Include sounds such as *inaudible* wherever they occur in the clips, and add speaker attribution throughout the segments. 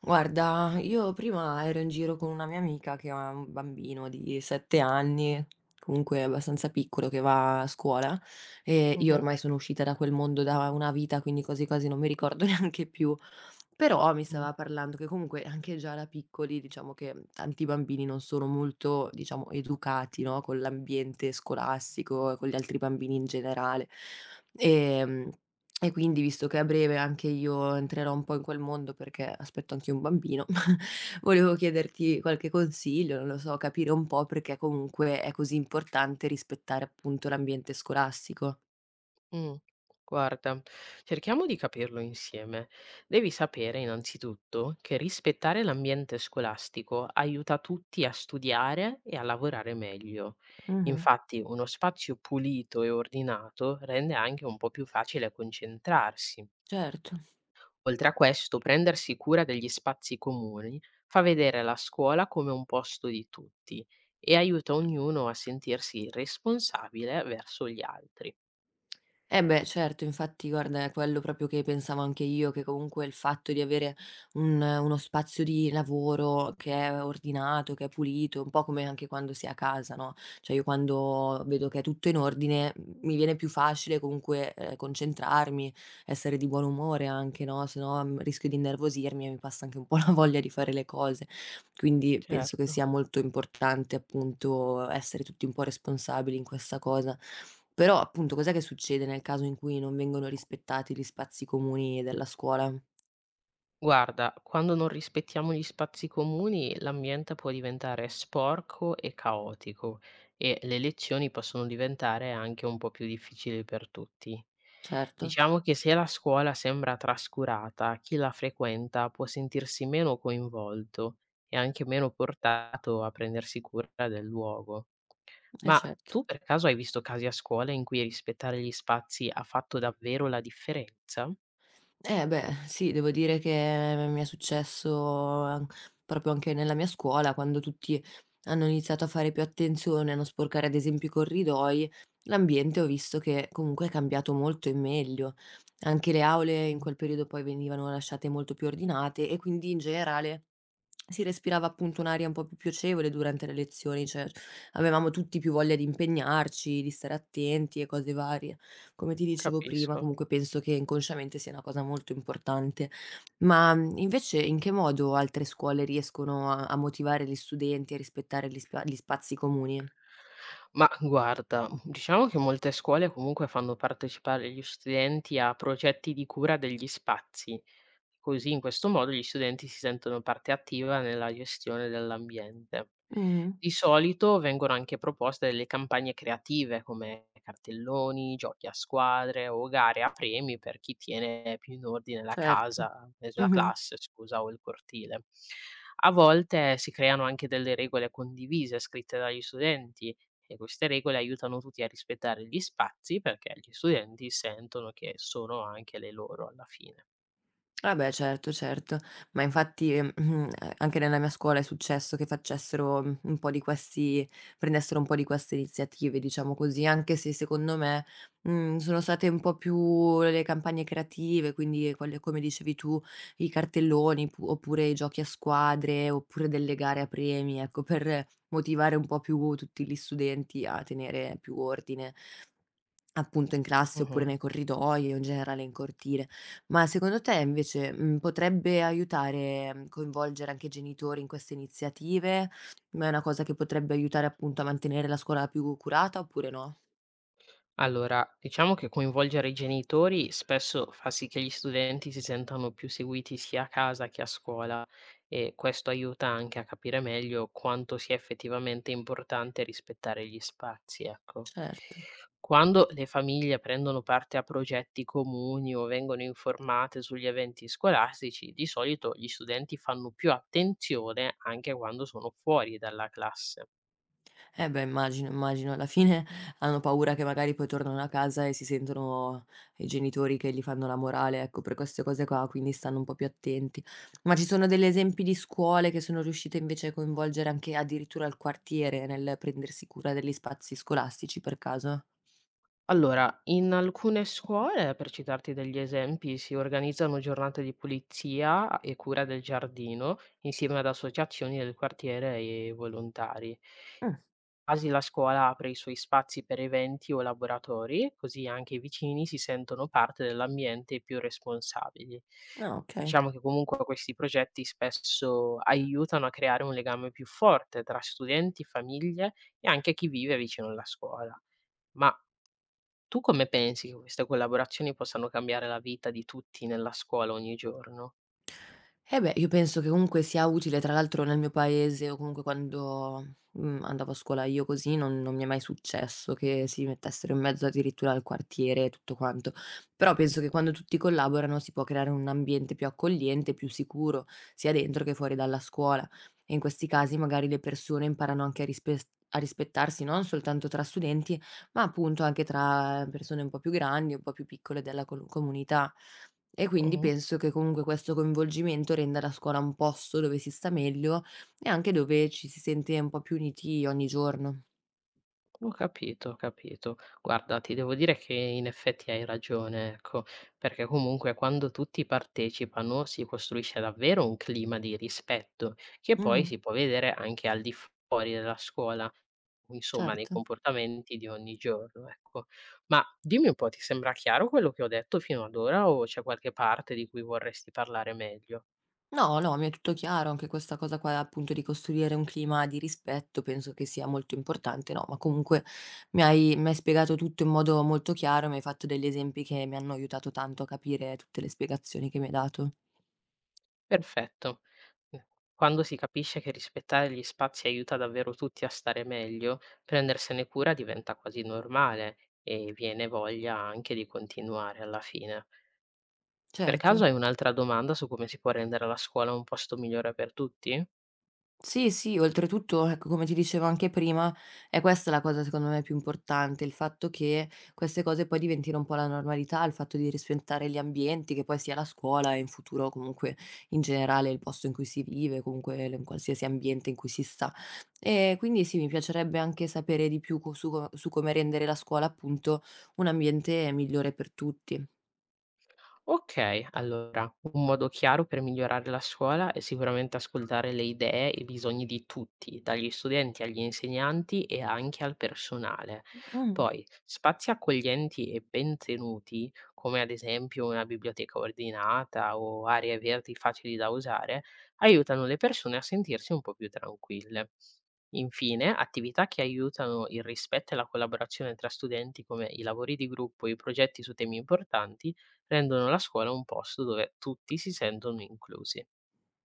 Speaker 1: Guarda, io prima ero in giro con una mia amica che ha un bambino di 7 anni, comunque abbastanza piccolo, che va a scuola e io
Speaker 2: Mh-mh,
Speaker 1: ormai sono uscita da quel mondo da una vita, quindi quasi quasi non mi ricordo *laughs* neanche più. Però mi
Speaker 2: mh,
Speaker 1: stava parlando che comunque anche già da piccoli, diciamo che tanti bambini non sono molto, diciamo, educati, no? Con l'ambiente scolastico e con gli altri bambini in generale. E, e quindi, visto che a breve anche io entrerò un po' in quel mondo perché aspetto anch'io un bambino, *laughs* volevo chiederti qualche consiglio, non lo so, capire un po' perché comunque è così importante rispettare appunto l'ambiente scolastico.
Speaker 2: mh. Guarda, cerchiamo di capirlo insieme. Devi sapere innanzitutto che rispettare l'ambiente scolastico aiuta tutti a studiare e a lavorare meglio.
Speaker 1: Mh-mh,
Speaker 2: Infatti, uno spazio pulito e ordinato rende anche un po' più facile concentrarsi.
Speaker 1: certo.
Speaker 2: Oltre a questo, prendersi cura degli spazi comuni fa vedere la scuola come un posto di tutti e aiuta ognuno a sentirsi responsabile verso gli altri.
Speaker 1: Eh beh, certo, infatti guarda è quello proprio che pensavo anche io, che comunque il fatto di avere un uno spazio di lavoro che è ordinato, che è pulito, un po' come anche quando si è a casa, no, cioè io quando vedo che è tutto in ordine, mi viene più facile comunque, concentrarmi, essere di buon umore anche, no, se no, rischio di innervosirmi e mi passa anche un po' *laughs* la voglia di fare le cose. Quindi penso che
Speaker 2: Certo.
Speaker 1: sia molto importante appunto essere tutti un po' responsabili in questa cosa. Però appunto cos'è che succede nel caso in cui non vengono rispettati gli spazi comuni della scuola?
Speaker 2: Guarda, quando non rispettiamo gli spazi comuni, l'ambiente può diventare sporco e caotico e le lezioni possono diventare anche un po' più difficili per tutti.
Speaker 1: Certo,
Speaker 2: Diciamo che se la scuola sembra trascurata, chi la frequenta può sentirsi meno coinvolto e anche meno portato a prendersi cura del luogo. Ma
Speaker 1: certo.
Speaker 2: tu per caso hai visto casi a scuola in cui rispettare gli spazi ha fatto davvero la differenza?
Speaker 1: Eh beh, sì, devo dire che mi è successo an proprio anche nella mia scuola, quando tutti hanno iniziato a fare più attenzione, a non sporcare ad esempio i corridoi, l'ambiente ho visto che comunque è cambiato molto in meglio. Anche le aule in
Speaker 2: Mm.
Speaker 1: quel periodo poi venivano lasciate molto più ordinate e quindi in generale si respirava appunto un'aria un po' più piacevole durante le lezioni, cioè avevamo tutti più voglia di impegnarci, di stare attenti e cose varie. Come ti dicevo prima,
Speaker 2: Capisco.
Speaker 1: comunque penso che inconsciamente sia una cosa molto importante. Ma, invece in che modo altre scuole riescono a motivare gli studenti a rispettare gli spazi comuni?
Speaker 2: Ma guarda, diciamo che molte scuole comunque fanno partecipare gli studenti a progetti di cura degli spazi, così in questo modo gli studenti si sentono parte attiva nella gestione dell'ambiente.
Speaker 1: Mh-mh,
Speaker 2: Di solito vengono anche proposte delle campagne creative come cartelloni, giochi a squadre o gare a premi per chi tiene più in ordine la
Speaker 1: certo.
Speaker 2: casa, la
Speaker 1: Mh-mh.
Speaker 2: classe, scusa, o il cortile. A volte si creano anche delle regole condivise scritte dagli studenti e queste regole aiutano tutti a rispettare gli spazi perché gli studenti sentono che sono anche le loro alla fine.
Speaker 1: Ah beh certo, certo. Ma infatti, *clears throat* anche nella mia scuola è successo che facessero, un po' di questi prendessero un po' di queste iniziative, diciamo così, anche se secondo me, sono state un po' più le campagne creative, quindi quelle come dicevi tu, i cartelloni pu oppure i giochi a squadre, oppure delle gare a premi, ecco, per motivare un po' più tutti gli studenti a tenere più ordine, appunto in classe oppure nei corridoi o in generale in cortile. Ma secondo te invece, potrebbe aiutare, coinvolgere anche i genitori in queste iniziative? Ma è una cosa che potrebbe aiutare appunto a mantenere la scuola più curata oppure no?
Speaker 2: Allora, diciamo che coinvolgere i genitori spesso fa sì che gli studenti si sentano più seguiti sia a casa che a scuola e questo aiuta anche a capire meglio quanto sia effettivamente importante rispettare gli spazi, ecco.
Speaker 1: Certo.
Speaker 2: Quando le famiglie prendono parte a progetti comuni o vengono informate sugli eventi scolastici, di solito gli studenti fanno più attenzione anche quando sono fuori dalla classe.
Speaker 1: Eh beh immagino, immagino. Alla fine *laughs* hanno paura che magari poi tornano a casa e si sentono i genitori che gli fanno la morale, ecco, per queste cose qua, quindi stanno un po' più attenti. Ma ci sono degli esempi di scuole che sono riuscite invece a coinvolgere anche addirittura il quartiere nel prendersi cura degli spazi scolastici per caso?
Speaker 2: Allora, in alcune scuole, per citarti degli esempi, si organizzano giornate di pulizia e cura del giardino insieme ad associazioni del quartiere e volontari.
Speaker 1: Mh.
Speaker 2: Quasi la scuola apre i suoi spazi per eventi o laboratori, così anche i vicini si sentono parte dell'ambiente e più responsabili.
Speaker 1: Ah, okay.
Speaker 2: Diciamo che comunque questi progetti spesso aiutano a creare un legame più forte tra studenti, famiglie e anche chi vive vicino alla scuola. Ma tu come pensi che queste collaborazioni possano cambiare la vita di tutti nella scuola ogni giorno?
Speaker 1: Eh beh, io penso che comunque sia utile, tra l'altro nel mio paese o comunque quando, andavo a scuola io così, non mi è mai successo che si mettessero in mezzo addirittura al quartiere e tutto quanto. Però penso che quando tutti collaborano si può creare un ambiente più accogliente, più sicuro, sia dentro che fuori dalla scuola. E in questi casi magari le persone imparano anche a rispettarsi non soltanto tra studenti, ma appunto anche tra persone un po' più grandi, un po' più piccole della colu comunità. E quindi
Speaker 2: Mh-mh.
Speaker 1: penso che comunque questo coinvolgimento renda la scuola un posto dove si sta meglio e anche dove ci si sente un po' più uniti ogni giorno.
Speaker 2: Ho capito, ho capito. Guarda, ti devo dire che in effetti hai ragione, ecco, perché comunque quando tutti partecipano si costruisce davvero un clima di rispetto, che poi
Speaker 1: Mh-mh,
Speaker 2: si può vedere anche al di fuori della scuola, insomma nei
Speaker 1: certo.
Speaker 2: comportamenti di ogni giorno, ecco. Ma dimmi un po', ti sembra chiaro quello che ho detto fino ad ora o c'è qualche parte di cui vorresti parlare meglio?
Speaker 1: No, no, mi è tutto chiaro, anche questa cosa qua appunto di costruire un clima di rispetto penso che sia molto importante, no, ma comunque mi hai spiegato tutto in modo molto chiaro, mi hai fatto degli esempi che mi hanno aiutato tanto a capire tutte le spiegazioni che mi hai dato.
Speaker 2: Perfetto. Mh, quando si capisce che rispettare gli spazi aiuta davvero tutti a stare meglio, prendersene cura diventa quasi normale e viene voglia anche di continuare alla fine. Per
Speaker 1: Certo.
Speaker 2: caso hai un'altra domanda su come si può rendere la scuola un posto migliore per tutti?
Speaker 1: Sì, sì, oltretutto, ecco, come ti dicevo anche prima, è questa la cosa secondo me più importante, il fatto che queste cose poi diventino un po' la normalità, il fatto di rispettare gli ambienti, che poi sia la scuola e in futuro comunque in generale il posto in cui si vive, comunque l- qualsiasi ambiente in cui si sta. E quindi sì, mi piacerebbe anche sapere di più su come rendere la scuola appunto un ambiente migliore per tutti.
Speaker 2: Okay, allora un modo chiaro per migliorare la scuola è sicuramente ascoltare le idee e i bisogni di tutti, dagli studenti agli insegnanti e anche al personale.
Speaker 1: Mm.
Speaker 2: Poi spazi accoglienti e ben tenuti, come ad esempio una biblioteca ordinata o aree verdi facili da usare, aiutano le persone a sentirsi un po' più tranquille. Infine, attività che aiutano il rispetto e la collaborazione tra studenti come i lavori di gruppo e i progetti su temi importanti rendono la scuola un posto dove tutti si sentono inclusi.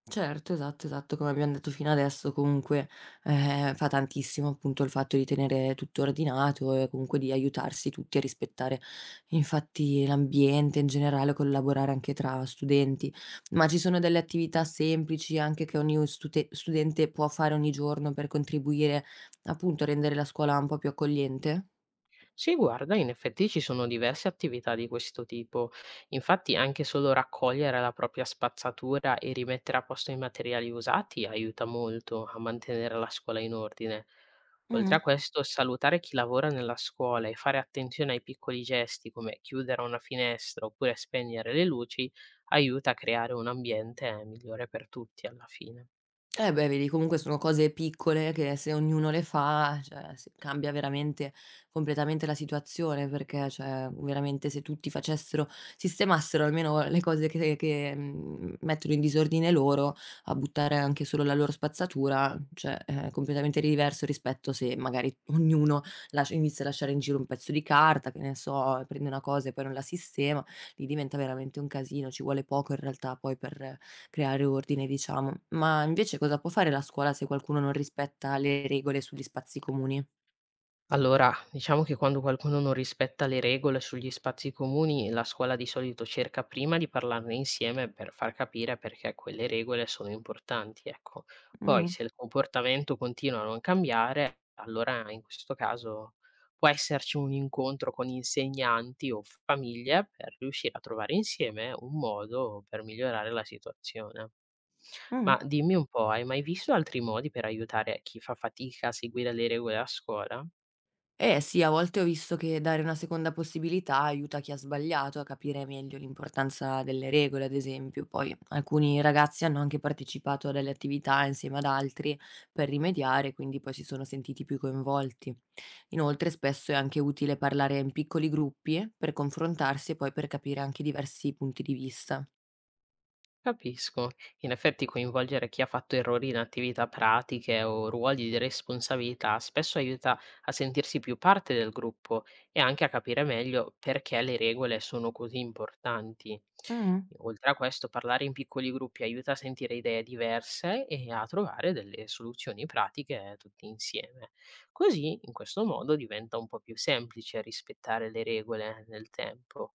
Speaker 1: Certo, esatto, esatto, come abbiam detto fino adesso comunque, fa tantissimo appunto il fatto di tenere tutto ordinato e comunque di aiutarsi tutti a rispettare infatti l'ambiente in generale, collaborare anche tra studenti. Ma ci sono delle attività semplici anche che ogni stute studente può fare ogni giorno per contribuire appunto a rendere la scuola un po' più accogliente?
Speaker 2: Sì, guarda, in effetti ci sono diverse attività di questo tipo. Infatti, anche solo raccogliere la propria spazzatura e rimettere a posto i materiali usati aiuta molto a mantenere la scuola in ordine. Oltre a
Speaker 1: Mh-mh.
Speaker 2: questo, salutare chi lavora nella scuola e fare attenzione ai piccoli gesti come chiudere una finestra oppure spegnere le luci aiuta a creare un ambiente migliore per tutti alla fine.
Speaker 1: Eh beh, vedi comunque sono cose piccole che se ognuno le fa, cioè s cambia veramente completamente la situazione, perché cioè veramente se tutti facessero sistemassero almeno le cose che mettono in disordine loro, a buttare anche solo la loro spazzatura, cioè è completamente diverso rispetto se magari ognuno lascia inizia a lasciare in giro un pezzo di carta, che ne so, prende una cosa e poi non la sistema, lì diventa veramente un casino, ci vuole poco in realtà poi per creare ordine, diciamo. Ma invece cosa può fare la scuola se qualcuno non rispetta le regole sugli spazi comuni?
Speaker 2: Allora, diciamo che quando qualcuno non rispetta le regole sugli spazi comuni, la scuola di solito cerca prima di parlarne insieme per far capire perché quelle regole sono importanti, ecco. Poi,
Speaker 1: Mh,
Speaker 2: se il comportamento continua a non cambiare, allora in questo caso può esserci un incontro con insegnanti o famiglie per riuscire a trovare insieme un modo per migliorare la situazione.
Speaker 1: mh.
Speaker 2: Ma dimmi un po', hai mai visto altri modi per aiutare chi fa fatica a seguire le regole a scuola?
Speaker 1: Eh sì, a volte ho visto che dare una seconda possibilità aiuta chi ha sbagliato a capire meglio l'importanza delle regole, ad esempio. Poi alcuni ragazzi hanno anche partecipato a delle attività insieme ad altri per rimediare, quindi poi si sono sentiti più coinvolti. Inoltre spesso è anche utile parlare in piccoli gruppi per confrontarsi e poi per capire anche diversi punti di vista.
Speaker 2: Capisco. In effetti coinvolgere chi ha fatto errori in attività pratiche o ruoli di responsabilità spesso aiuta a sentirsi più parte del gruppo e anche a capire meglio perché le regole sono così importanti.
Speaker 1: Mh.
Speaker 2: Oltre a questo, parlare in piccoli gruppi aiuta a sentire idee diverse e a trovare delle soluzioni pratiche tutti insieme. Così, in questo modo, diventa un po' più semplice rispettare le regole nel tempo.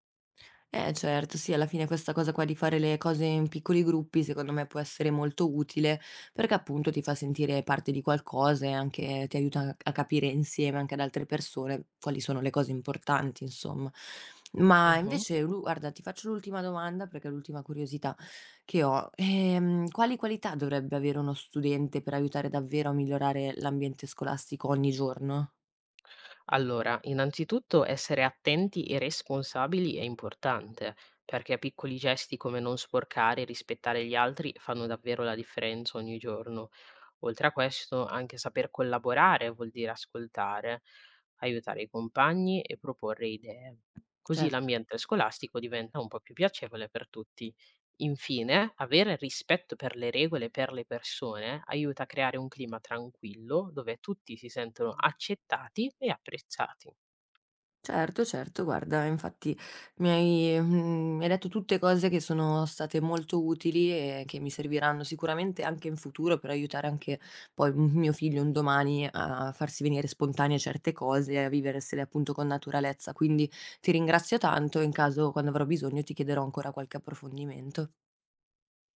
Speaker 1: Eh certo, sì, alla fine questa cosa qua di fare le cose in piccoli gruppi secondo me può essere molto utile, perché appunto ti fa sentire parte di qualcosa e anche ti aiuta a capire insieme anche ad altre persone quali sono le cose importanti, insomma. Ma
Speaker 2: Mhm.
Speaker 1: invece, lu guarda, ti faccio l'ultima domanda perché è l'ultima curiosità che ho. Quali qualità dovrebbe avere uno studente per aiutare davvero a migliorare l'ambiente scolastico ogni giorno?
Speaker 2: Allora, innanzitutto essere attenti e responsabili è importante, perché piccoli gesti come non sporcare e rispettare gli altri fanno davvero la differenza ogni giorno. Oltre a questo, anche saper collaborare vuol dire ascoltare, aiutare i compagni e proporre idee. Così
Speaker 1: Certo.
Speaker 2: l'ambiente scolastico diventa un po' più piacevole per tutti. Infine, avere rispetto per le regole e per le persone aiuta a creare un clima tranquillo dove tutti si sentono accettati e apprezzati.
Speaker 1: Certo, certo, guarda, infatti mi hai detto tutte cose che sono state molto utili e che mi serviranno sicuramente anche in futuro per aiutare anche poi m mio figlio un domani a farsi venire spontanee certe cose e a viversele appunto con naturalezza. Quindi ti ringrazio tanto e in caso quando avrò bisogno ti chiederò ancora qualche approfondimento.